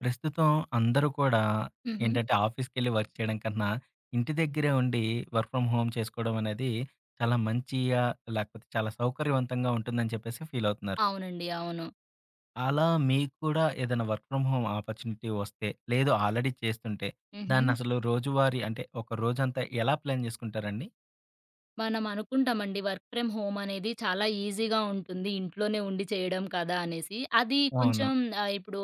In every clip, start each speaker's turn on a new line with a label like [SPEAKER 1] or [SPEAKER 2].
[SPEAKER 1] ప్రస్తుతం అందరూ కూడా
[SPEAKER 2] హుహు.
[SPEAKER 1] ఏంటంటే ఆఫీస్‌కెళ్ళి వర్క్ చేయడం కన్నా, ఇంటి దగ్గరే ఉండి వర్క్ ఫ్రమ్ హోమ్ చేసుకోవడం అనేది చాలా మంచిగా, లేకపోతే చాలా సౌకర్యవంతంగా ఉంటుందని చెప్పేసి ఫీల్ అవుతున్నారు.
[SPEAKER 2] అవునండి, అవును.
[SPEAKER 1] అలా మీకు కూడా ఏదైనా వర్క్ ఫ్రమ్ హోమ్ ఆపర్చునిటీ వస్తే, లేదు ఆల్రెడీ చేస్తుంటే,
[SPEAKER 2] హుహు.
[SPEAKER 1] దాన్నసలు రోజువారీ అంటే, ఒక రోజంతా ఎలా ప్లాన్ చేసుకుంటారండి?
[SPEAKER 2] మనం అనుకుంటామండి, వర్క్ ఫ్రమ్ హోమ్ అనేది చాలా ఈజీగా ఉంటుంది, ఇంట్లోనే ఉండి చేయడం కదా అనేసి. అది
[SPEAKER 1] అవును.
[SPEAKER 2] కొంచెం ఇప్పుడు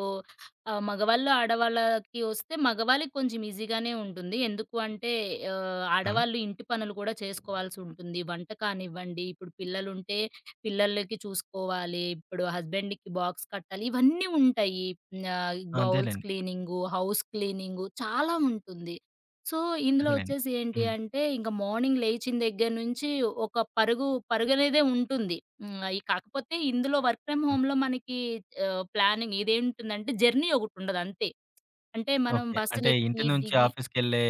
[SPEAKER 2] మగవాళ్ళు, ఆడవాళ్ళకి వస్తే మగవాళ్ళకి కొంచెం ఈజీగానే ఉంటుంది. ఎందుకు అంటే
[SPEAKER 1] ఆ!
[SPEAKER 2] ఆడవాళ్ళు ఇంటి పనులు కూడా చేసుకోవాల్సి ఉంటుంది. వంట కానివ్వండి, ఇప్పుడు పిల్లలుంటే పిల్లలకి చూసుకోవాలి. ఇప్పుడు హస్బెండ్‌కి బాక్స్ కట్టాలి. ఇవన్నీ ఉంటాయి. బౌల్స్
[SPEAKER 1] అదేలెండి.
[SPEAKER 2] క్లీనింగు, హౌస్ క్లీనింగు చాలా ఉంటుంది. సో, ఇందులో
[SPEAKER 1] అదేలెండి.
[SPEAKER 2] వచ్చేసి ఏంటి
[SPEAKER 1] హ్మ్.
[SPEAKER 2] అంటే, ఇంక మార్నింగ్ లేచిన దగ్గర నుంచి ఒక పరుగనేదే ఉంటుంది. ఈ కాకపోతే ఇందులో వర్క్ ఫ్రమ్
[SPEAKER 1] ఆ!
[SPEAKER 2] హోమ్‌లో మనకి ప్లానింగ్ ఇదేంటుందంటే, జర్నీ ఒకటుండదు అంతే. అంటే మనం
[SPEAKER 1] ఓకే. అంటే ఇంటి
[SPEAKER 2] బస్సులెక్కి,
[SPEAKER 1] నుంచి
[SPEAKER 2] దిగి
[SPEAKER 1] ఆఫీస్‌కెళ్ళే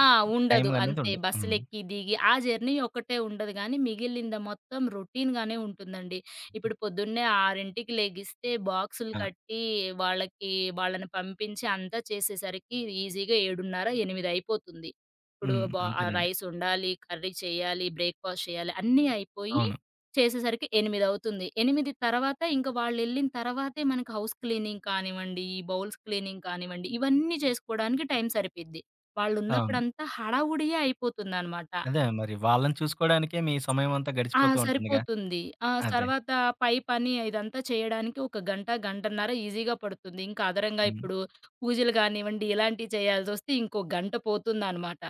[SPEAKER 2] ఆ!
[SPEAKER 1] టైం
[SPEAKER 2] ఉండదు.
[SPEAKER 1] అనేది
[SPEAKER 2] అంతే,
[SPEAKER 1] ఉండదు. హ్మ్.
[SPEAKER 2] బస్సులెక్కి, దిగి ఆ జర్నీ ఒక్కటే ఉండదు గానీ, మిగిలింది మొత్తం రొటీన్‌గానే ఉంటుందండి. ఇప్పుడు పొద్దున్నే 6కి లెగిస్తే బాక్సులు
[SPEAKER 1] ఆ!
[SPEAKER 2] కట్టి, వాళ్ళకి వాళ్ళని పంపించి అంతా చేసేసరికి ఈజీగా 7:30, 8 అయిపోతుంది. ఇప్పుడు
[SPEAKER 1] హ్మ్.
[SPEAKER 2] బ
[SPEAKER 1] అంతేనండి.
[SPEAKER 2] రైస్ వండాలి, కర్రీ చేయాలి, బ్రేక్‌ఫాస్ట్ చేయాలి అన్నీ అయిపోయి
[SPEAKER 1] అవును.
[SPEAKER 2] చేసేసరికి 8 అవుతుంది. 8 తర్వాత ఇంక వాళ్ళెళ్ళిన తర్వాతే మనకి హౌస్ క్లీనింగ్ కానివ్వండి, ఈ బౌల్స్ క్లీనింగ్ కానివ్వండి, ఇవన్నీ చేసుకోవడానికి టైం సరిపోద్ది.
[SPEAKER 1] అవును.
[SPEAKER 2] వాళ్ళున్నప్పుడంతా హడావుడియే అయిపోతుందనమాట.
[SPEAKER 1] అదే మరి వాళ్ళని చూసుకోవడానికే మీ సమయమంతా
[SPEAKER 2] ఆ,
[SPEAKER 1] గడిచిపోతూ ఉంటుందిగా.
[SPEAKER 2] సరిపోతుంది. ఆ,
[SPEAKER 1] అదే.
[SPEAKER 2] తర్వాత పై పని ఇదంతా చేయడానికి ఒక గంట, గంటన్నర ఈజీగా పడుతుంది. ఇంకా అదనంగా
[SPEAKER 1] హ్మ్.
[SPEAKER 2] ఇప్పుడు పూజలు కానివ్వండి, ఇలాంటివి చేయాల్సొస్తే ఇంకో గంట పోతుందనమాట.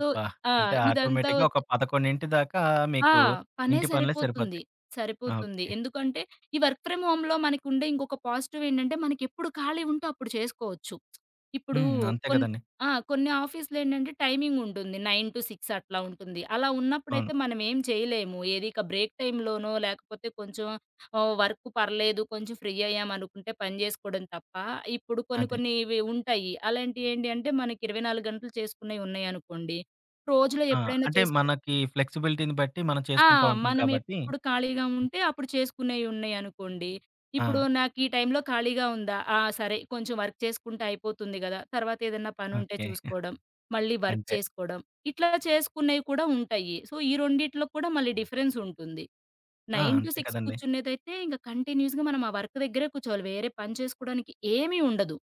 [SPEAKER 2] సో ఆ!
[SPEAKER 1] అంటే
[SPEAKER 2] ఇదంతా
[SPEAKER 1] ఆటోమేటిక్‌గా ఒక 11 దాకా
[SPEAKER 2] ఆ,
[SPEAKER 1] మీకు
[SPEAKER 2] పనే
[SPEAKER 1] ఇంటి పనులే
[SPEAKER 2] సరిపోతుంది.
[SPEAKER 1] సరిపోతాయి.
[SPEAKER 2] సరిపోతుంది.
[SPEAKER 1] ఓకే.
[SPEAKER 2] ఎందుకంటే, ఈ వర్క్ ఫ్రమ్ హోమ్‌లో మనకుండే ఇంకొక పాజిటివ్ ఏంటంటే, మనకెప్పుడు ఖాళీ ఉంటే అప్పుడు చేసుకోవచ్చు. ఇప్పుడు
[SPEAKER 1] హ్మ్. అంతే
[SPEAKER 2] కొన్
[SPEAKER 1] కదండీ.
[SPEAKER 2] ఆ! కొన్ని ఆఫీస్‌లేంటంటే, టైమింగ్ ఉంటుంది. 9-6 అట్లా ఉంటుంది. అలా
[SPEAKER 1] అవును.
[SPEAKER 2] ఉన్నప్పుడైతే మనం ఏం చేయలేము. ఏది ఇక బ్రేక్ టైమ్‌లోనో, లేకపోతే కొంచెం వర్క్ పర్లేదు, కొంచెం ఫ్రీ అయ్యాం అనుకుంటే పని చేసుకోవడం తప్ప, ఇప్పుడు కొన్ని
[SPEAKER 1] అదే.
[SPEAKER 2] కొన్ని ఇవి ఉంటాయి. అలాంటివి ఏంటి అంటే, మనకి 24 గంటలు చేసుకునేవి ఉన్నాయనుకోండి, రోజులో
[SPEAKER 1] ఆ!
[SPEAKER 2] ఎప్పుడైనా
[SPEAKER 1] అంటే
[SPEAKER 2] చేసు
[SPEAKER 1] మనకి ఫ్లెక్సిబిలిటీని బట్టి మనం
[SPEAKER 2] ఆ!
[SPEAKER 1] చేసుకుంటూ ఉంటాం
[SPEAKER 2] మనం
[SPEAKER 1] కాబట్టి
[SPEAKER 2] ఎప్పుడు ఖాళీగా ఉంటే అప్పుడు చేసుకునేయి ఉన్నాయనుకోండి.
[SPEAKER 1] ఆ!
[SPEAKER 2] ఇప్పుడు నాకు ఈ టైంలో ఖాళీగా ఉందా? ఆ, సరే కొంచెం వర్క్ చేసుకుంటే అయిపోతుంది గదా. తర్వాత ఏదన్నా పనుంటే
[SPEAKER 1] ఓకే.
[SPEAKER 2] చూసుకోవడం, మళ్ళీ వర్క్
[SPEAKER 1] అంతే.
[SPEAKER 2] చేసుకోవడం, ఇట్లా చేసుకునేవి కూడా ఉంటాయి. సో, ఈ రెండిట్లో కూడా మళ్ళీ డిఫరెన్స్ ఉంటుంది.
[SPEAKER 1] ఆ! అంతే
[SPEAKER 2] 9-6
[SPEAKER 1] కదండీ.
[SPEAKER 2] కూర్చునేదైతే ఇంక కంటిన్యూస్‌గా మనం ఆ వర్క్ దగ్గరే కూర్చోవాలి. వేరే పని చేసుకోవడానికి ఏమీ ఉండదు.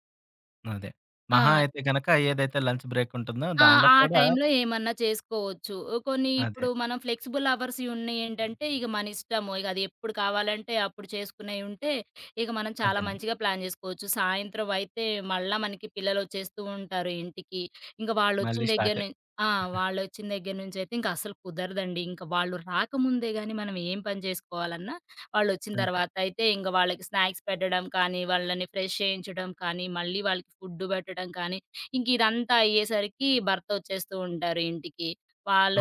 [SPEAKER 1] అదే.
[SPEAKER 2] ఆ!
[SPEAKER 1] మహా అయితే గనక ఏదైతే లంచ్ బ్రేక్ ఉంటుందో
[SPEAKER 2] ఆ!
[SPEAKER 1] దానిలో
[SPEAKER 2] ఆ
[SPEAKER 1] కూడా
[SPEAKER 2] టైంలో ఏమన్నా చేసుకోవచ్చు. కొన్ని
[SPEAKER 1] అదే.
[SPEAKER 2] ఇప్పుడు మనం ఫ్లెక్సిబుల్ అవర్స్ ఉన్నయేంటంటే, ఇగ మనిష్టము. ఇగ అది ఎప్పుడు కావాలంటే అప్పుడు చేసుకునేయి ఉంటే, ఇక మనం చాలా
[SPEAKER 1] అదేనండి.
[SPEAKER 2] మంచిగా ప్లాన్ జేసుకోవచ్చు. సాయంత్రం అయితే మళ్ళా మనకి పిల్లలొచ్చేస్తూ ఉంటారు ఇంటికి. ఇంక
[SPEAKER 1] మళ్ళీ
[SPEAKER 2] వాళ్ళొచ్చిన దగ్గర
[SPEAKER 1] స్టార్ట్.
[SPEAKER 2] నుం ఆ! వాళ్ళొచ్చిన దగ్గర నుంచయితే ఇంక అస్సలు కుదరదండి. ఇంక వాళ్ళు రాకముందే గానీ మనం ఏం పని జేసుకోవాలన్నా, వాళ్ళొచ్చిన
[SPEAKER 1] అంతే.
[SPEAKER 2] తర్వాత అయితే ఇంక వాళ్ళకి స్నాక్స్ పెట్టడం కానీ, వాళ్ళని ఫ్రెష్ చేయించడం కానీ, మళ్ళీ వాళ్ళకి ఫుడ్డు పెట్టడం కానీ, ఇంకిదంతా అయ్యేసరికి భర్త ఒచ్చేస్తూ ఉంటారు ఇంటికి.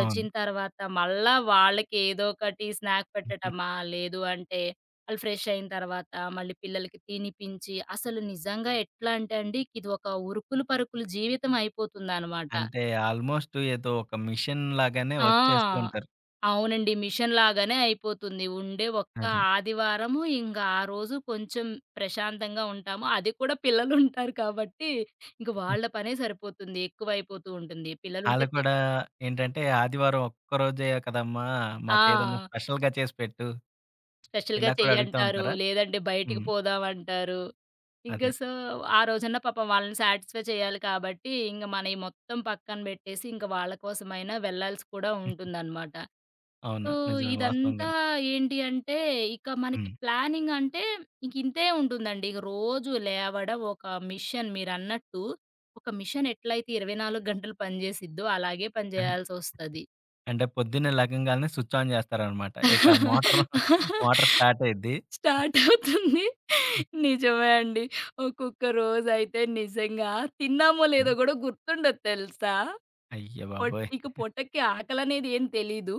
[SPEAKER 1] అవును.
[SPEAKER 2] తర్వాత మళ్ళా వాళ్ళకేదో ఒకటి స్నాక్ పెట్టటమా, లేదు అంటే ఆళ్ళు ఫ్రెష్ అయిన తర్వాత మళ్ళీ పిల్లలకి తినిపించి, అసలు నిజంగా ఎట్లా అంటే అండి, ఇది ఒక ఉరుకులు పరుగుల జీవితం అయిపోతుందనమాట.
[SPEAKER 1] అంటే ఆల్మోస్ట్ ఏదో ఒక మిషన్ లాగానే వర్క్ చేస్తూ
[SPEAKER 2] ఆ,
[SPEAKER 1] ఉంటారు.
[SPEAKER 2] అవునండి. మిషన్ లాగానే అయిపోతుంది. ఉండే ఒక్క
[SPEAKER 1] అదే.
[SPEAKER 2] ఆదివారము ఇంగ ఆ రోజు కొంచెం ప్రశాంతంగా ఉంటాము. అది కూడా పిల్లలుంటారు కాబట్టి, ఇంక వాళ్ళ పనే సరిపోతుంది. ఎక్కువైపోతూ ఉంటుంది.
[SPEAKER 1] ఆళ్ళు
[SPEAKER 2] పిల్లలుంటే తె
[SPEAKER 1] కూడా ఏంటంటే, "ఆదివారం ఒక్కరోజే కదమ్మా! మాకేదన్నా
[SPEAKER 2] ఆ!
[SPEAKER 1] స్పెషల్‌గా చేసి పెట్టు."
[SPEAKER 2] స్పెషల్‌గా
[SPEAKER 1] ఇలా కూడా అడుగుతా
[SPEAKER 2] చెయ్యంటారు.
[SPEAKER 1] ఉంటారా?
[SPEAKER 2] లేదంటే బయటికి
[SPEAKER 1] హ్మ్.
[SPEAKER 2] పోదామంటారు. ఇంక
[SPEAKER 1] అదే.
[SPEAKER 2] సో, ఆ రోజన్నా పాపం వాళ్ళని సాటిస్ఫై చేయాలి కాబట్టి, ఇంగ మనయి మొత్తం పక్కన బెట్టేసి, ఇంక వాళ్ళ కోసమైనా వెళ్ళాల్సి కూడా ఉంటుందనమాట. సో,
[SPEAKER 1] అవును. నిజమే
[SPEAKER 2] ఇదంతా
[SPEAKER 1] వాస్తవంగానే.
[SPEAKER 2] ఏంటి అంటే, ఇక మనకి
[SPEAKER 1] హ్మ్.
[SPEAKER 2] ప్లానింగ్ అంటే ఇంక ఇంతే ఉంటుందండి. ఇక రోజు లేవడం ఒక మిషన్ మీరన్నట్టు. ఒక మిషన్ ఎట్లయితే 24 గంటలు పనిచేసిద్దో అలాగే పని
[SPEAKER 1] అన్
[SPEAKER 2] చేయాల్సొస్తది.
[SPEAKER 1] అంటే పొద్దున్నే లెగంగాల్నే స్విచ్ ఆన్ చేస్తారనమాట. ఇక మోటర్ మోటర్ స్టార్ట్ అయిద్ది.
[SPEAKER 2] స్టార్ట్ అవుతుంది. నిజమే అండి. ఒక్కొక్క రోజైతే నిజంగా తిన్నామో లేదో
[SPEAKER 1] హ్మ్.
[SPEAKER 2] గూడా గుర్తుండదు తెలుసా?
[SPEAKER 1] అయ్య బాబోయ్!
[SPEAKER 2] ఇక పొట్టకి ఆకలనేది ఏం తెలీదు.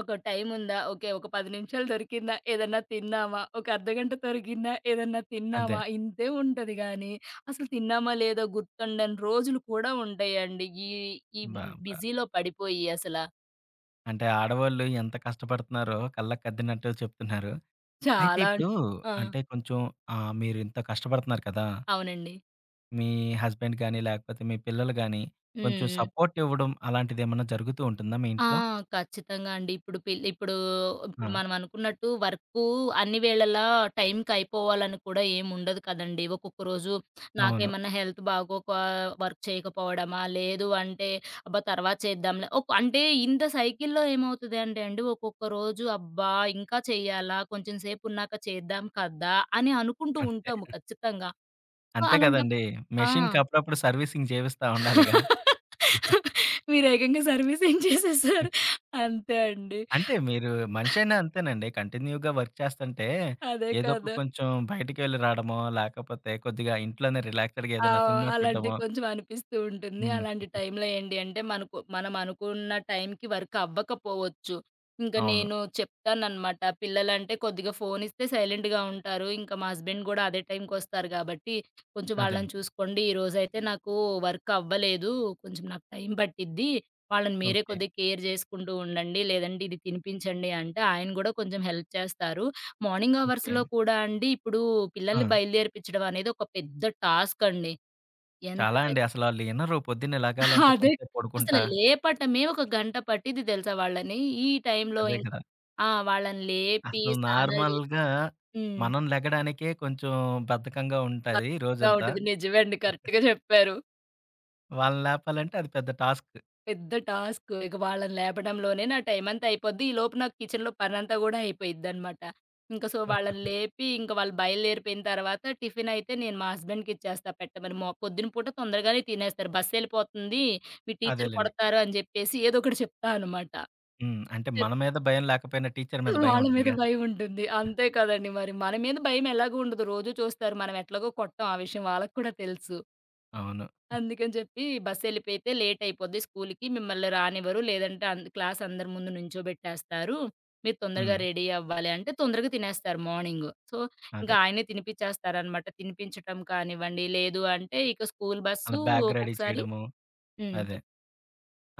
[SPEAKER 2] ఒక టైముందా? ఓకే. ఒక 10 నిమిషాలు దొరికిందా? ఏదన్నా తిన్నామా? ఒక అర్ధగంట దొరికిందా? ఏదన్నా
[SPEAKER 1] అదే.
[SPEAKER 2] తిన్నామా? ఇంతే ఉంటది గానీ, అసలు తిన్నామా లేదో గుర్తుండని రోజులు కూడా ఉంటాయండి. ఈ ఈ
[SPEAKER 1] అబ్బా! అబ్బా!
[SPEAKER 2] బిజీలో పడిపోయి అసల
[SPEAKER 1] అంటే ఆడవాళ్ళు ఎంత కష్టపడుతున్నారో కళ్ళకద్దినట్టు చెప్తున్నారు. అయితే
[SPEAKER 2] చాలా.
[SPEAKER 1] ఇప్పుడు
[SPEAKER 2] ఆ,
[SPEAKER 1] అంటే కొంచెం మీరింత కష్టపడుతున్నారు కదా!
[SPEAKER 2] అవునండి.
[SPEAKER 1] మీ హస్బెండ్ గాని, లేకపోతే మీ పిల్లలు గాని,
[SPEAKER 2] హ్మ్.
[SPEAKER 1] కొంచెం
[SPEAKER 2] హ్మ్.
[SPEAKER 1] సపోర్ట్ ఇవ్వడం అలాంటిదేమన్నా జరుగుతూ ఉంటుందా మీ
[SPEAKER 2] ఆ,
[SPEAKER 1] ఇంట్లో?
[SPEAKER 2] ఖచ్చితంగా అండి. ఇప్పుడు
[SPEAKER 1] ఆ!
[SPEAKER 2] ఇప్పుడు మనం అనుకున్నట్టు వర్కు అన్ని వేళలా టైంకయిపోవాలని కూడా ఏముండదు కదండీ. ఒక్కొక్క రోజు
[SPEAKER 1] అవును.
[SPEAKER 2] నాకేమన్నా హెల్త్ బాగోక వర్క్ చేయకపోవడమా, లేదు అంటే అబ్బా, తర్వాత చేద్దాంలే. అంటే ఇంత సైకిల్‌లో ఏమవుతది అంటే అండి, ఒక్కొక్క రోజు అబ్బా, ఇంకా చెయ్యాలా? కొంచెం సేపున్నాక చేద్దాం కదా అని అనుకుంటూ
[SPEAKER 1] అంతే.
[SPEAKER 2] ఉంటాము ఖచ్చితంగా. సో,
[SPEAKER 1] అంతే
[SPEAKER 2] అలాంటప్
[SPEAKER 1] కదండీ!
[SPEAKER 2] ఆ!
[SPEAKER 1] మెషిన్‌కి అప్పుడప్పుడు సర్వీసింగ్ చేపిస్తా ఉండాలిగా.
[SPEAKER 2] మీరేకంగా సర్వీసింగ్ చేసేసారు. అంతే అండి.
[SPEAKER 1] అంటే మీరు మనిషైనా అంతేనండి. కంటిన్యూగా వర్క్ చేస్తంటే,
[SPEAKER 2] అదే
[SPEAKER 1] ఏదో ఒక
[SPEAKER 2] కదా.
[SPEAKER 1] కొంచెం బయటికి వెళ్లి రావడమో, లేకపోతే కొద్దిగా ఇంట్లోనే రిలాక్స్‌డ్‌గా
[SPEAKER 2] ఆ,
[SPEAKER 1] ఏదైనా సినిమా
[SPEAKER 2] అలాంటివి
[SPEAKER 1] చూడడమో.
[SPEAKER 2] కొంచెం అనిపిస్తూ ఉంటుంది.
[SPEAKER 1] హ్మ్.
[SPEAKER 2] అలాంటి టైంలో ఏంటి అంటే, మనకు మనం అనుకున్న టైంకి వర్క్ అవ్వకపోవచ్చు. ఇంక
[SPEAKER 1] అవును.
[SPEAKER 2] నేను చెప్తాననమాట. పిల్లలంటే కొద్దిగా ఫోన్ ఇస్తే సైలెంట్‌గా ఉంటారు. ఇంకా మా హస్బెండ్ గూడా అదే టైంకొస్తారు గాబట్టి, కొంచెం
[SPEAKER 1] అదండి.
[SPEAKER 2] వాళ్ళని చూసుకోండి. ఈరోజైతే నాకు వర్క్ అవ్వలేదు, కొంచెం నాకు టైం పట్టిద్ది. వాళ్ళని మీరే
[SPEAKER 1] ఓకే.
[SPEAKER 2] కొద్దిగా కేర్ జేసుకుంటూ ఉండండి. లేదంటే ఇది తినిపించండి అంటే, ఆయన గూడా కొంచెం హెల్ప్ చేస్తారు. Morning
[SPEAKER 1] okay.
[SPEAKER 2] అవర్స్‌లో కూడా అండి, ఇప్పుడు
[SPEAKER 1] ఆ!
[SPEAKER 2] పిల్లల్ని బయలుదేరిపించడం అనేది ఒక పెద్ద టాస్క్ అండి. ఎంత
[SPEAKER 1] చాలా
[SPEAKER 2] పె
[SPEAKER 1] అండి. అసలాళ్ళు ఇనరు. పొద్దున్న లెగాలంటే
[SPEAKER 2] అదే,
[SPEAKER 1] కొంచెంసేపు
[SPEAKER 2] అసలు
[SPEAKER 1] పడుకుంటా.
[SPEAKER 2] లేపటమే ఒక గంట పట్టిద్ది తెలుసా వాళ్ళని. ఈ టైంలో
[SPEAKER 1] అదే
[SPEAKER 2] ఇంకా
[SPEAKER 1] కదా!
[SPEAKER 2] ఆ! వాళ్ళని లేపి,
[SPEAKER 1] అసలు
[SPEAKER 2] స్నానాలు జే
[SPEAKER 1] నార్మల్‌గా
[SPEAKER 2] హ్మ్.
[SPEAKER 1] మనం లెగడానికే కొంచెం బద్ధకంగా ఉంటది
[SPEAKER 2] కష్టంగా
[SPEAKER 1] రోజంతా.
[SPEAKER 2] ఉంటది. నిజమే అండి. కరెక్ట్‌గా చెప్పారు.
[SPEAKER 1] వాళ్ళని లేపాలంటే అది పెద్ద టాస్క్.
[SPEAKER 2] పెద్ద టాస్క్. ఇక వాళ్ళని లేపడంలోనే నా టైమంతా అయిపోద్ది. ఈలోపు నాకు కిచెన్‌లో పనంతా గూడా అయిపోయిద్దనమాట. వాళ్ళని లేపి, ఇంక వాళ్ళు బయలుదేరిపోయిన తర్వాత టిఫినయితే నేను మా హస్బెండ్‌కిచ్చేస్తా పెట్టమని. పొద్దున పూట తొందరగానే తినేస్తారు. బస్సెళ్ళిపోతుంది, మీ టీచర్
[SPEAKER 1] అదేలెండి.
[SPEAKER 2] కొడతారు అని జెప్పేసి ఏదో ఒకటి చెప్తా అనమాట.
[SPEAKER 1] హ్మ్. అంటే మన
[SPEAKER 2] చెప్తే
[SPEAKER 1] మీద భయం లేకపోయినా టీచర్ మీద భయం
[SPEAKER 2] వాళ్ళ మీద
[SPEAKER 1] ఉంటదిగా!
[SPEAKER 2] భయముంటుంది. అంతే కదండీ మరి. మన మీద భయం ఎలాగూ ఉండదు. రోజూ చూస్తారు. మనం ఎట్లాగో కొట్టం. ఆ విషయం వాళ్ళకి కూడా తెలుసు.
[SPEAKER 1] అవును.
[SPEAKER 2] అందుకని చెప్పి బస్సెళ్ళిపోతే లేటయిపోద్ది స్కూలుకి. మిమ్మల్ని రానివ్వరు. లేదంటే క్లాస్ అందరి ముందు నించోబెట్టేస్తారు. మీరు తొందరగా
[SPEAKER 1] హ్మ్.
[SPEAKER 2] రెడీ అవ్వాలి అంటే తొందరగా తినేస్తారు మార్నింగు. సో, ఇంకా
[SPEAKER 1] అదే.
[SPEAKER 2] ఆయనే తినిపిచ్చేస్తారనమాట. తినిపించటం కానివ్వండి, లేదు అంటే ఇక స్కూలు
[SPEAKER 1] ఆళ్ళ
[SPEAKER 2] బస్సు
[SPEAKER 1] బ్యాగ్ రెడీ
[SPEAKER 2] ఒక్కొక్కసారి
[SPEAKER 1] చేయడము.
[SPEAKER 2] హ్మ్.
[SPEAKER 1] అదే.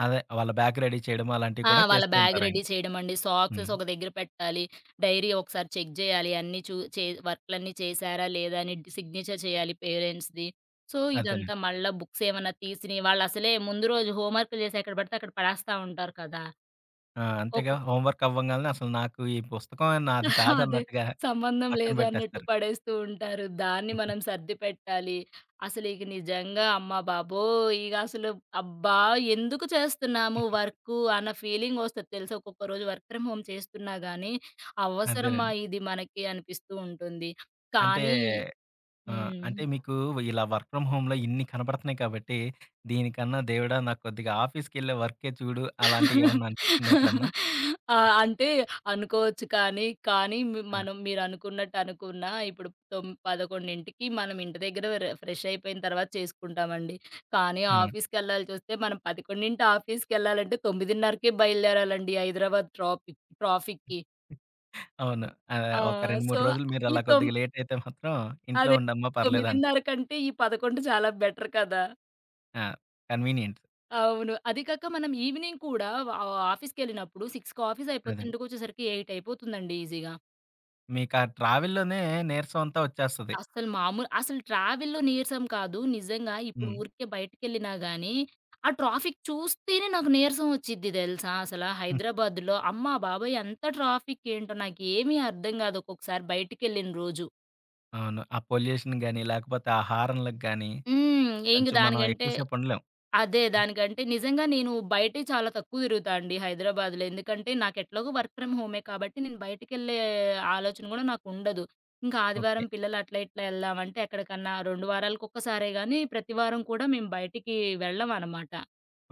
[SPEAKER 1] అదే. వాళ్ళ బ్యాగ్ రెడీ చేయడము అలాంటివి
[SPEAKER 2] ఆ!
[SPEAKER 1] కూడా
[SPEAKER 2] వాళ్ళ
[SPEAKER 1] చేస్తూ
[SPEAKER 2] బ్యాగ్
[SPEAKER 1] ఉంటారాయన.
[SPEAKER 2] రెడీ చేయడమండి.
[SPEAKER 1] హ్మ్.
[SPEAKER 2] సాక్సెస్ ఒక దగ్గర పెట్టాలి. డైరీ ఒకసారి చెక్ జేయాలి. అన్నీ చూ చే వర్కులన్నీ చేశారా, లేదా అని సిగ్నేచర్ చేయాలి పేరెంట్స్‌ది. సో, ఇదంతా
[SPEAKER 1] అదేనండి.
[SPEAKER 2] మళ్ళా బుక్స్ ఏమన్నా తీసినయి, వాళ్ళసలే ముందు రోజు హోంవర్క్‌లు జేసి ఎక్కడ పడితే అక్కడ పడేస్తా ఉంటారు కదా.
[SPEAKER 1] ఆ! అంతేగా,
[SPEAKER 2] ఒక్కొక్క
[SPEAKER 1] హోంవర్క్ అవ్వంగాల్నే అసలు నాకు ఈ పుస్తకం నాది
[SPEAKER 2] అదే.
[SPEAKER 1] కాదన్నట్టుగా
[SPEAKER 2] సంబంధం
[SPEAKER 1] పక్కన
[SPEAKER 2] లేదు అన్నట్టు
[SPEAKER 1] పెట్టేస్తారు.
[SPEAKER 2] పడేస్తూ ఉంటారు. దాన్ని మనం సర్ది పెట్టాలి. అసలు ఇక నిజంగా అమ్మ బాబోయ్. ఇక అసలు అబ్బా, ఎందుకు చేస్తున్నాము వర్కు అన్న ఫీలింగ్ వస్తది తెలుసా? ఒక్కొక్క రోజు వర్క్ ఫ్రమ్ హోమ్ చేస్తున్నా గానీ, అవసరమా
[SPEAKER 1] అదేనండి.
[SPEAKER 2] ఇది మనకి అనిపిస్తూ ఉంటుంది.
[SPEAKER 1] అంటే
[SPEAKER 2] కానీ హ్మ్.
[SPEAKER 1] అంటే మీకు ఇలా వర్క్ ఫ్రమ్ హోమ్‌లో ఇన్ని కనపడుతున్నాయి కాబట్టి, దీనికన్నా దేవుడా నాకు కొద్దిగా ఆఫీస్‌కెళ్ళే వర్కే చూడు అలాంటియేమన్నా అనిపించిందా ఎప్పుడన్నా?
[SPEAKER 2] ఆ! అంటే అనుకోవచ్చు కానీ, కానీ మి
[SPEAKER 1] ఆ!
[SPEAKER 2] మనం మీరనుకున్నట్టు అనుకున్నా ఇప్పుడు 11కి మనం ఇంటి దగ్గర ఫ్రెష్ అయిపోయిన తర్వాత చేసుకుంటామండి. కానీ
[SPEAKER 1] ఆ!
[SPEAKER 2] ఆఫీస్‌కెళ్ళాలి చూస్తే మనం 11 ఆఫీస్‌కెళ్ళాలంటే 9:30కే బయలుదేరాలండి హైదరాబాద్ ట్రాఫిక్‌కి.
[SPEAKER 1] అవును.
[SPEAKER 2] ఆ!
[SPEAKER 1] ఒక 2,
[SPEAKER 2] సో,
[SPEAKER 1] 3 రోజులు మీరు
[SPEAKER 2] ఈ
[SPEAKER 1] అలా
[SPEAKER 2] తొమ్
[SPEAKER 1] కొద్దిగా లేట్ అయితే మాత్రం ఇంట్లో
[SPEAKER 2] అదే
[SPEAKER 1] ఉండమ్మా పర్లేదంట.
[SPEAKER 2] 9:30 కంటే ఈ 11 చాలా బెటర్ కదా.
[SPEAKER 1] ఆ! కన్వీనియంట్.
[SPEAKER 2] అవును, అది కాక మనం ఈవినింగ్ కూడా ఆ ఆఫీస్‌కెళ్ళినప్పుడు 6కి ఆఫీస్ అయిపోతే
[SPEAKER 1] అదండి.
[SPEAKER 2] ఇంటికొచ్చేసరికి 8 అయిపోతుందండి ఈజీగా.
[SPEAKER 1] మీకా ట్రావెల్‌లోనే నీరసం అంతా వచ్చేస్తది.
[SPEAKER 2] అస్సలు మామూలు అసలు ట్రావెల్‌లో నీరసం కాదు. నిజంగా ఇప్పుడు
[SPEAKER 1] హ్మ్.
[SPEAKER 2] ఊరికే బయటికెళ్ళినా గానీ, ఆ ట్రాఫిక్ చూస్తేనే నాకు నీరసం ఒచ్చిద్ది దెలుసా అసల.
[SPEAKER 1] హ్మ్.
[SPEAKER 2] హైదరాబాద్‌లో అమ్మ బాబోయ్! ఎంత ట్రాఫిక్ ఏంటో నాకేమీ అర్థం గాదు ఒక్కొక్కసారి బయటికెళ్ళిన రోజు.
[SPEAKER 1] అవును. ఆ పొల్యూషన్ గాని, లేకపోతే ఆ హారన్‌లకి గాని
[SPEAKER 2] హ్మ్. ఇంక
[SPEAKER 1] కొంచెం మనం
[SPEAKER 2] దానికంటే
[SPEAKER 1] ఎక్కువ సేపు ఉండలేం.
[SPEAKER 2] అదే దానికంటే నిజంగా నేను బయటే చాలా తక్కువ తిరుగుతా అండి హైదరాబాద్‌లో. ఎందుకంటే నాకెట్లాగో వర్క్ ఫ్రమ్ హోమే కాబట్టి నేను బయటికెళ్ళే ఆలోచన గూడా నాకుండదు. ఇంకా
[SPEAKER 1] ఓకే.
[SPEAKER 2] ఆదివారం పిల్లలు అట్లా ఇట్లా ఎళ్దామంటే ఎక్కడికన్నా 2 వారాలకొక్కసారే గానీ, ప్రతి వారం కూడా మేము బయటికి వెళ్ళమనమాట.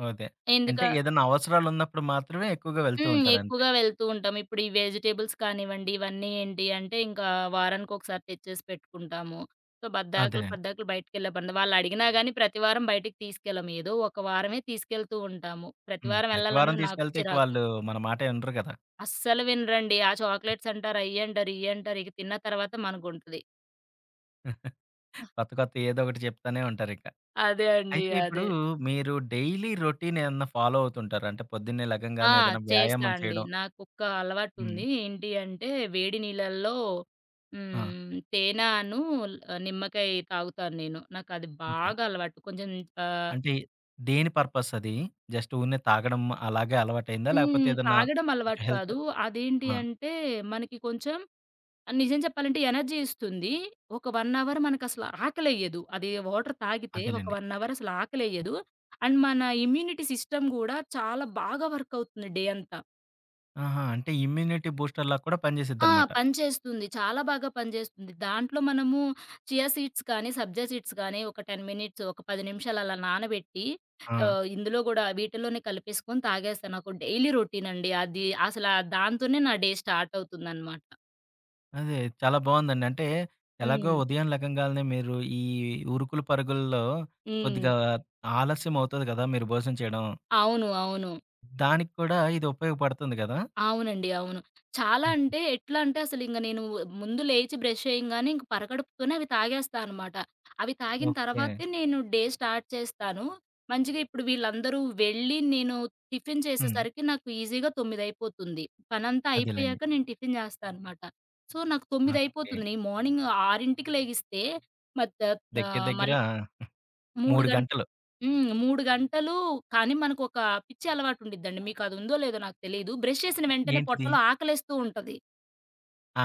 [SPEAKER 1] ఓకే.
[SPEAKER 2] ఎందుక
[SPEAKER 1] అంటే ఏదైనా అవసరాలున్నప్పుడు మాత్రమే ఎక్కువగా వెళ్తూ
[SPEAKER 2] హ్మ్.
[SPEAKER 1] ఉంటారంతే.
[SPEAKER 2] ఎక్కువగా వెళ్తూ ఉంటాం. ఇప్పుడు ఈ వెజిటబుల్స్ కానివ్వండి, ఇవన్నీ ఏంటి అంటే ఇంకా వారానికొకసారి తెచ్చేసి పెట్టుకుంటాము. సో, బద్దాకులు,
[SPEAKER 1] అదేనండి.
[SPEAKER 2] పద్దాకులు బయటికెళ్ళేబంద వాళ్ళడిగినా గాని ప్రతి వారం బయటికి తీసుకెళ్ళం. ఏదో ఒక వారమే తీసుకెళ్తూ ఉంటాము. ప్రతి
[SPEAKER 1] హ్మ్.
[SPEAKER 2] వారం
[SPEAKER 1] ప్రతి వారం
[SPEAKER 2] వెళ్ళాలన్నా నాకు
[SPEAKER 1] తీసుకెళ్తే ఇక
[SPEAKER 2] చిరాకు.
[SPEAKER 1] వాళ్ళు మన మాటే వినరు కదా!
[SPEAKER 2] అస్సలు వినరండి. ఆ చాక్లెట్స్ అంటారు, అయ్యంటారు, ఇయ్యంటారు. ఇక తిన్న తర్వాత మనకుంటది.
[SPEAKER 1] కొత్త కొత్తయి ఏదో ఒకటి చెప్తానే ఉంటారిక.
[SPEAKER 2] అదే అండి,
[SPEAKER 1] అయితే ఇప్పుడు
[SPEAKER 2] అదే.
[SPEAKER 1] మీరు డైలీ రొటీన్ ఏమన్నా ఫాలో అవుతుంటారా? అంటే పొద్దున్నే
[SPEAKER 2] ఆ,
[SPEAKER 1] లెగంగాల్నే ఏదైనా
[SPEAKER 2] చేస్తా
[SPEAKER 1] వ్యాయామం
[SPEAKER 2] అండి.
[SPEAKER 1] చేయడం.
[SPEAKER 2] నాకొక
[SPEAKER 1] హ్మ్.
[SPEAKER 2] అలవాటుంది. ఏంటి అంటే వేడి నీళ్ళల్లో
[SPEAKER 1] ఆ!
[SPEAKER 2] తేనెను నిమ్మకాయ తాగుతాను నేను. నాకది
[SPEAKER 1] ఓకే.
[SPEAKER 2] బాగా అలవాటు. కొంచెం ఆహ్,
[SPEAKER 1] అంటే దేని పర్పస్ అది? జస్ట్ ఊరినే తాగడం అలాగే అలవాటయిందా? లేకపోతే
[SPEAKER 2] హ్మ్.
[SPEAKER 1] ఏదన్నా
[SPEAKER 2] తాగడం
[SPEAKER 1] కొంచెం
[SPEAKER 2] అలవాటు
[SPEAKER 1] హెల్త్.
[SPEAKER 2] కాదు. అదేంటి
[SPEAKER 1] ఆ!
[SPEAKER 2] అంటే మనకి కొంచెం నిజం చెప్పాలంటే ఎనర్జీ ఇస్తుంది. ఒక 1 అవర్ మనకసలు ఆకలేయదు. అది వాటర్ తాగితే ఒక
[SPEAKER 1] అదేలెండి.
[SPEAKER 2] 1 అవర్ అసలు ఆకలేయదు. అండ్ మన ఇమ్యూనిటీ సిస్టమ్ గూడా చాలా బాగా వర్క్ అవుతుంది డే అంతా.
[SPEAKER 1] ఆహా! అంటే ఇమ్యూనిటీ బూస్టర్‌లా కూడా
[SPEAKER 2] ఆ,
[SPEAKER 1] పనిచేసిద్దనమాట.
[SPEAKER 2] పనిచేస్తుంది. చాలా బాగా పనిచేస్తుంది. దాంట్లో మనము చియా సీడ్స్ కానీ, సబ్జా సీడ్స్ కానీ ఒక 10 మినిట్స్, ఒక 10 నిమిషాలు అలా నానబెట్టి
[SPEAKER 1] ఆ!
[SPEAKER 2] ఇందులో గూడా వీటిలోనే కలిపేసుకొని తాగేస్తాను. నాకు డైలీ రొటీన్ అండి. అది అసల దాంతోనే నా డే స్టార్ట్ అవుతుందనమాట.
[SPEAKER 1] అదే. చాలా బావుందండి. అంటే ఎలాగో
[SPEAKER 2] హ్మ్.
[SPEAKER 1] ఉదయం లెగంగాల్నే మీరు ఈ ఉరుకులు పరుగుల్లో
[SPEAKER 2] హ్మ్.
[SPEAKER 1] కొద్దిగా ఆలస్యం అవుతది కదా! మీరు భోజనం చేయడం.
[SPEAKER 2] అవును, అవును.
[SPEAKER 1] దానికి కూడా ఇది ఉపయోగపడుతుంది కదా!
[SPEAKER 2] అవునండి, అవును. చాలా
[SPEAKER 1] హ్మ్.
[SPEAKER 2] అంటే ఎట్లా అంటే అసలింక నేను ముందు లేచి బ్రష్ చేయంగానే ఇంక పరగడుపుతోనే అవి తాగేస్తా అనమాట. అవి తాగిన
[SPEAKER 1] ఓకే.
[SPEAKER 2] తర్వాతే నేను డే స్టార్ట్ చేస్తాను. మంచిగా ఇప్పుడు వీళ్ళందరూ వెళ్ళి నేను టిఫిన్
[SPEAKER 1] హ్మ్.
[SPEAKER 2] చేసేసరికి నాకు ఈజీగా 9 అయిపోతుంది. పనంతా
[SPEAKER 1] అదేలెండి.
[SPEAKER 2] అయిపోయాక నేను టిఫిన్ చేస్తా అనమాట. సో, నాకు 9
[SPEAKER 1] ఓకే.
[SPEAKER 2] అయిపోతుంది. నేను మార్నింగ్ 6కి లెగిస్తే మధ్య
[SPEAKER 1] దగ్గర
[SPEAKER 2] ఆహ్,
[SPEAKER 1] దగ్గర
[SPEAKER 2] మళ్ 3
[SPEAKER 1] 3
[SPEAKER 2] గం
[SPEAKER 1] గంటలు.
[SPEAKER 2] హ్మ్. 3 గంటలు. కానీ మనకొక పిచ్చి అలవాటుండిద్దండి, మీకదుందో లేదో నాకు తెలీదు. బ్రష్ చేసిన వెంటనే
[SPEAKER 1] ఏంటిది?
[SPEAKER 2] పొట్టలో ఆకలేస్తూ ఉంటది.
[SPEAKER 1] ఆ!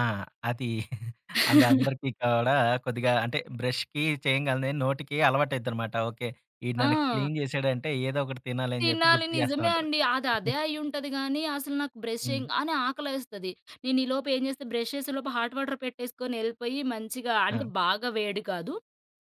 [SPEAKER 1] అది అందరికీ కూడా కొద్దిగా అంటే బ్రష్‌కి చేయంగాల్నే నోటికి అలవాటయిద్దనమాట. ఓకే. ఈడు
[SPEAKER 2] ఆ,
[SPEAKER 1] నన్ను క్లీన్ చేసాడంటే ఏదో ఒకటి తినాలని చెప్పి
[SPEAKER 2] తినాలి.
[SPEAKER 1] గుర్తు చేస్తా
[SPEAKER 2] నిజమే
[SPEAKER 1] ఉంటది.
[SPEAKER 2] అండి. అది అదే అయ్యుంటది గానీ, అసలు నాకు
[SPEAKER 1] హ్మ్.
[SPEAKER 2] బ్రషింగ్ అని ఆకలేస్తది. నేను ఈలోపు ఏం చేస్తా, బ్రష్ చేసేలోపు హాట్ వాటర్ పెట్టేసుకొని ఎళ్ళిపోయి, మంచిగా
[SPEAKER 1] ఆ!
[SPEAKER 2] అంటే బాగా వేడి కాదు,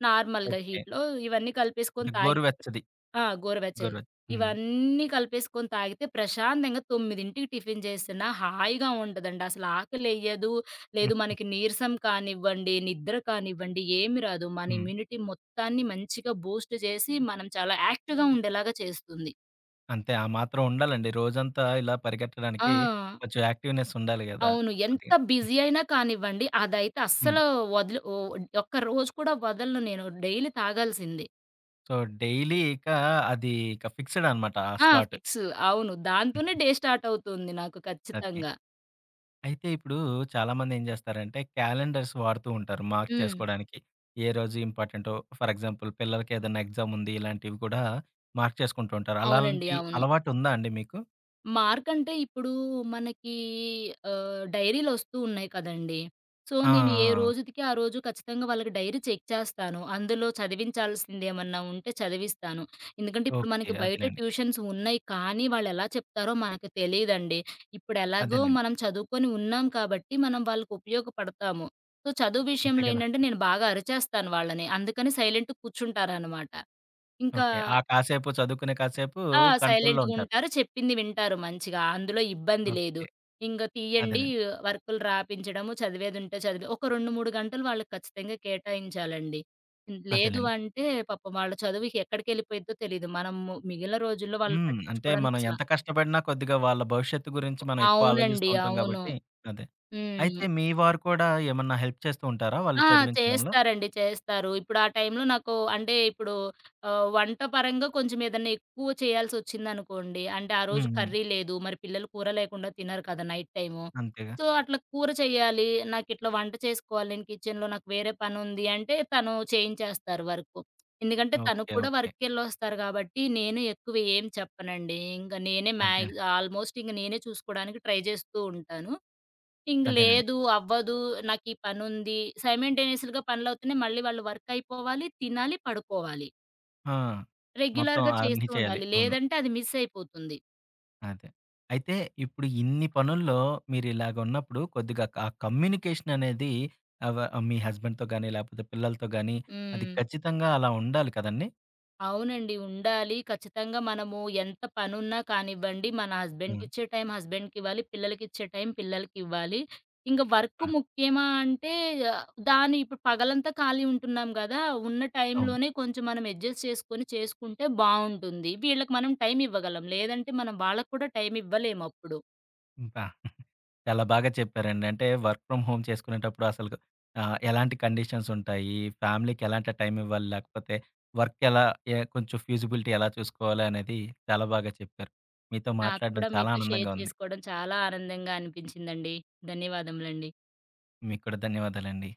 [SPEAKER 2] నార్మల్‌గా
[SPEAKER 1] ఓకే.
[SPEAKER 2] హీట్‌లో ఇవన్నీ
[SPEAKER 1] అంటే
[SPEAKER 2] కలిపేసుకొని తాగితే ప్ర
[SPEAKER 1] గోరువెచ్చది.
[SPEAKER 2] ఆ! గోరువెచ్చగా
[SPEAKER 1] గోరువెచ్చ హ్మ్.
[SPEAKER 2] ఇవన్నీ కలిపేసుకొని తాగితే ప్రశాంతంగా 9కి టిఫిన్ చేసినా హాయిగా ఉంటదండి. అసలు ఆకలెయ్యదు. లేదు,
[SPEAKER 1] హ్మ్.
[SPEAKER 2] మనకి నీరసం కానివ్వండి, నిద్ర కానివ్వండి ఏమి రాదు. మన
[SPEAKER 1] హ్మ్.
[SPEAKER 2] ఇమ్యూనిటీ మొత్తాన్ని మంచిగా బూస్ట్ చేసి, మనం చాలా యాక్టివ్‌గా ఉండేలాగా చేస్తుంది.
[SPEAKER 1] అంతే, ఆ మాత్రం ఉండాలండి. రోజంతా ఇలా
[SPEAKER 2] ఆ,
[SPEAKER 1] పరిగెట్టడానికి కొంచెం యాక్టివ్‌నెస్ ఉండాలి గదా!
[SPEAKER 2] అవును. ఎంత
[SPEAKER 1] కొద్దిగా.
[SPEAKER 2] బిజీ అయినా కానివ్వండి, అదైతే
[SPEAKER 1] హ్మ్.
[SPEAKER 2] అస్సలు వదులు ఓహ్! ఒక్క రోజు కూడా వదలను నేను. డైలీ తాగాల్సిందే.
[SPEAKER 1] సో, డైలీ ఇక అది ఇక ఫిక్స్‌డ్ అనమాట ఆ
[SPEAKER 2] ఆ,
[SPEAKER 1] స్లాట్.
[SPEAKER 2] ఫిక్స్. అవును.
[SPEAKER 1] హ్మ్.
[SPEAKER 2] దాంతోనే డే స్టార్ట్ అవుతుంది నాకు
[SPEAKER 1] ఓకే.
[SPEAKER 2] ఖచ్చితంగా.
[SPEAKER 1] అయితే ఇప్పుడు చాలామంది ఏం జేస్తారంటే క్యాలెండర్స్ వాడుతూ ఉంటారు మార్క్
[SPEAKER 2] హ్మ్.
[SPEAKER 1] చేసుకోవడానికి. ఏ రోజు ఇంపార్టెంటో, ఫర్ ఎగ్జాంపుల్ పిల్లలకి ఏదైనా ఎగ్జామ్ ఉంది ఇలాంటివి కూడా మార్క్ చేసుకుంటూ ఉంటారు.
[SPEAKER 2] అవునండి,
[SPEAKER 1] అలాంటి
[SPEAKER 2] అవును.
[SPEAKER 1] అలవాటు ఉందా అండి మీకు?
[SPEAKER 2] మార్కంటే ఇప్పుడు మనకి డైరీలొస్తూ ఉన్నాయి కదండీ. సో,
[SPEAKER 1] ఆ! ఆ!
[SPEAKER 2] నేను ఏ
[SPEAKER 1] ఆ!
[SPEAKER 2] రోజుదికి ఆ రోజు ఖచ్చితంగా వాళ్ళకి డైరీ చెక్ చేస్తాను. అందులో చదివించాల్సిందేమన్నా ఉంటే చదివిస్తాను. ఎందుకంటే ఇప్పుడు
[SPEAKER 1] ఓకే.
[SPEAKER 2] మనకి బయట
[SPEAKER 1] అదేలెండి.
[SPEAKER 2] ట్యూషన్స్ ఉన్నాయి. కానీ వాళ్ళెలా చెప్తారో మనకు తెలీదండి. ఇప్పుడు ఎలాగో
[SPEAKER 1] అదేలెండి.
[SPEAKER 2] మనం చదువుకొని ఉన్నాం కాబట్టి మనం వాళ్ళకి ఉపయోగపడతాము. సో, చదువు
[SPEAKER 1] అంతే
[SPEAKER 2] విషయంలో
[SPEAKER 1] గదా!
[SPEAKER 2] ఏంటంటే నేను బాగా అరిచేస్తాను వాళ్ళని. అందుకని సైలెంట్‌గా కూర్చుంటారనమాట. ఇంకా
[SPEAKER 1] ఓకే. ఆ కాసేపు చదువుకునే కాసేపు
[SPEAKER 2] ఆ!
[SPEAKER 1] కంట్రోల్‌లో ఉంటారు.
[SPEAKER 2] సైలెంట్‌గుంటారు. చెప్పింది వింటారు మంచిగా. అందులో ఇబ్బంది లేదు.
[SPEAKER 1] ఓకే.
[SPEAKER 2] ఇంగ తీయండి
[SPEAKER 1] అదేనండి.
[SPEAKER 2] వర్కులు రాపించడము, చదివేదుంటే చదివి ఒక 2, 3 గంటలు వాళ్ళకి ఖచ్చితంగా కేటాయించాలండి. లేదు
[SPEAKER 1] అదేనండి.
[SPEAKER 2] అంటే పాపం వాళ్ళ చదువు ఎక్కడికెళ్ళిపోయిద్దో తెలీదు. మనము మిగిలిన రోజుల్లో వాళ్ళని
[SPEAKER 1] హ్మ్. అంటే మనం
[SPEAKER 2] పట్టించుకోవడానికసల
[SPEAKER 1] ఎంత కష్టపడినా కొద్దిగా వాళ్ళ భవిష్యత్తు గురించి మనం ఎక్కువ ఆలోచిస్తూ
[SPEAKER 2] అవునండి,
[SPEAKER 1] ఉంటాం
[SPEAKER 2] అవును.
[SPEAKER 1] కాబట్టి అదే. అయితే
[SPEAKER 2] హ్మ్.
[SPEAKER 1] మీ వారు కూడా ఏమన్నా హెల్ప్ చేస్తూ ఉంటారా వాళ్ళు
[SPEAKER 2] ఆ,
[SPEAKER 1] చదివించడంలో?
[SPEAKER 2] చేస్తారండి, చేస్తారు. ఇప్పుడు ఆ టైంలో నాకు అంటే ఇప్పుడు వంట పరంగా కొంచెం ఏదన్నా ఎక్కువ చేయాల్సొచ్చిందనుకోండి, అంటే ఆ రోజు
[SPEAKER 1] హ్మ్. హ్మ్.
[SPEAKER 2] కర్రీ లేదు. మరి పిల్లలు కూర లేకుండా తినరు కదా నైట్ టైము.
[SPEAKER 1] అంతేగా.
[SPEAKER 2] సో, అట్లా కూర చేయాలి, నాకిట్లా వంట చేసుకోవాలి, నేను కిచెన్‌లో నాకు వేరే పనుంది అంటే తను చేయించేస్తారు వర్కు. ఎందుకంటే తను
[SPEAKER 1] ఓకే.
[SPEAKER 2] కూడా
[SPEAKER 1] ఓకే.
[SPEAKER 2] వర్క్‌కెళ్ళొస్తారు కాబట్టి నేను ఎక్కువ ఏం చెప్పనండి. ఇంక నేనే
[SPEAKER 1] అదే.
[SPEAKER 2] మ్యాగ్ ఆల్మోస్ట్ ఇంక నేనే చూసుకోవడానికి ట్రై చేస్తూ ఉంటాను. ఇంక
[SPEAKER 1] అదేనండి.
[SPEAKER 2] లేదు, అవ్వదు, నాకీ పనుంది. సైమల్టేనియస్‌గా పనులవుతున్నాయి. మళ్ళీ వాళ్ళు వర్క్ అయిపోవాలి, తినాలి, పడుకోవాలి.
[SPEAKER 1] ఆ! మొత్తం
[SPEAKER 2] రెగ్యులర్‌గా
[SPEAKER 1] అన్నీ
[SPEAKER 2] చేస్తూ
[SPEAKER 1] చేయాలి.
[SPEAKER 2] ఉండాలి.
[SPEAKER 1] అవును.
[SPEAKER 2] లేదంటే అది మిస్ అయిపోతుంది.
[SPEAKER 1] అదే. అయితే ఇప్పుడు ఇన్ని పనుల్లో మీరిలాగున్నప్పుడు కొద్దిగా ఆ కమ్యూనికేషన్ అనేది ఆ మీ హస్బెండ్‌తో గాని, లేపోతే పిల్లలతో గాని అది
[SPEAKER 2] హ్మ్.
[SPEAKER 1] ఖచ్చితంగా అలా ఉండాలి కదండీ!
[SPEAKER 2] అవునండి, ఉండాలి. ఖచ్చితంగా మనము ఎంత పనున్నా కానివ్వండి, మన
[SPEAKER 1] హ్మ్.
[SPEAKER 2] హస్బెండ్‌కిచ్చే టైం హస్బెండ్‌కివ్వాలి, పిల్లలకిచ్చే టైం పిల్లలకివ్వాలి. ఇంక వర్క్
[SPEAKER 1] ఆ!
[SPEAKER 2] ముఖ్యమా అంటే ఆ, దాని ఇప్పుడు పగలంతా ఖాళీ ఉంటున్నాం గదా. ఉన్న
[SPEAKER 1] అవును.
[SPEAKER 2] టైంలోనే కొంచెం మనం అడ్జస్ట్ చేసుకొని చేసుకుంటే బావుంటుంది. వీళ్ళకి మనం టైం ఇవ్వగలం. లేదంటే మనం వాళ్ళకి కూడా టైం ఇవ్వలేమప్పుడు.
[SPEAKER 1] అబ్బా! చాలా బాగా చెప్పారండి. అంటే వర్క్ ఫ్రమ్ హోమ్ చేసుకునేటప్పుడు అసలు ఎలాంటి కండిషన్స్ ఉంటాయి? ఫ్యామిలీకి ఎలాంటి టైం ఇవ్వాలి? లేకపోతే వర్క్ ఎలా ఏ కొంచెం ఫ్యూజిబిలిటీ ఎలా చూసుకోవాలి అనేది చాలా బాగా చెప్పారు. మీతో
[SPEAKER 2] నాకు
[SPEAKER 1] మాట్లాడడం
[SPEAKER 2] కూడా
[SPEAKER 1] చాలా
[SPEAKER 2] మీతో
[SPEAKER 1] ఆనందంగా
[SPEAKER 2] షేర్
[SPEAKER 1] ఉంది.
[SPEAKER 2] చేసుకోవడం చాలా ఆనందంగా అనిపించిందండి. ధన్యవాదములండి.
[SPEAKER 1] మీకు కూడా ధన్యవాదాలండి.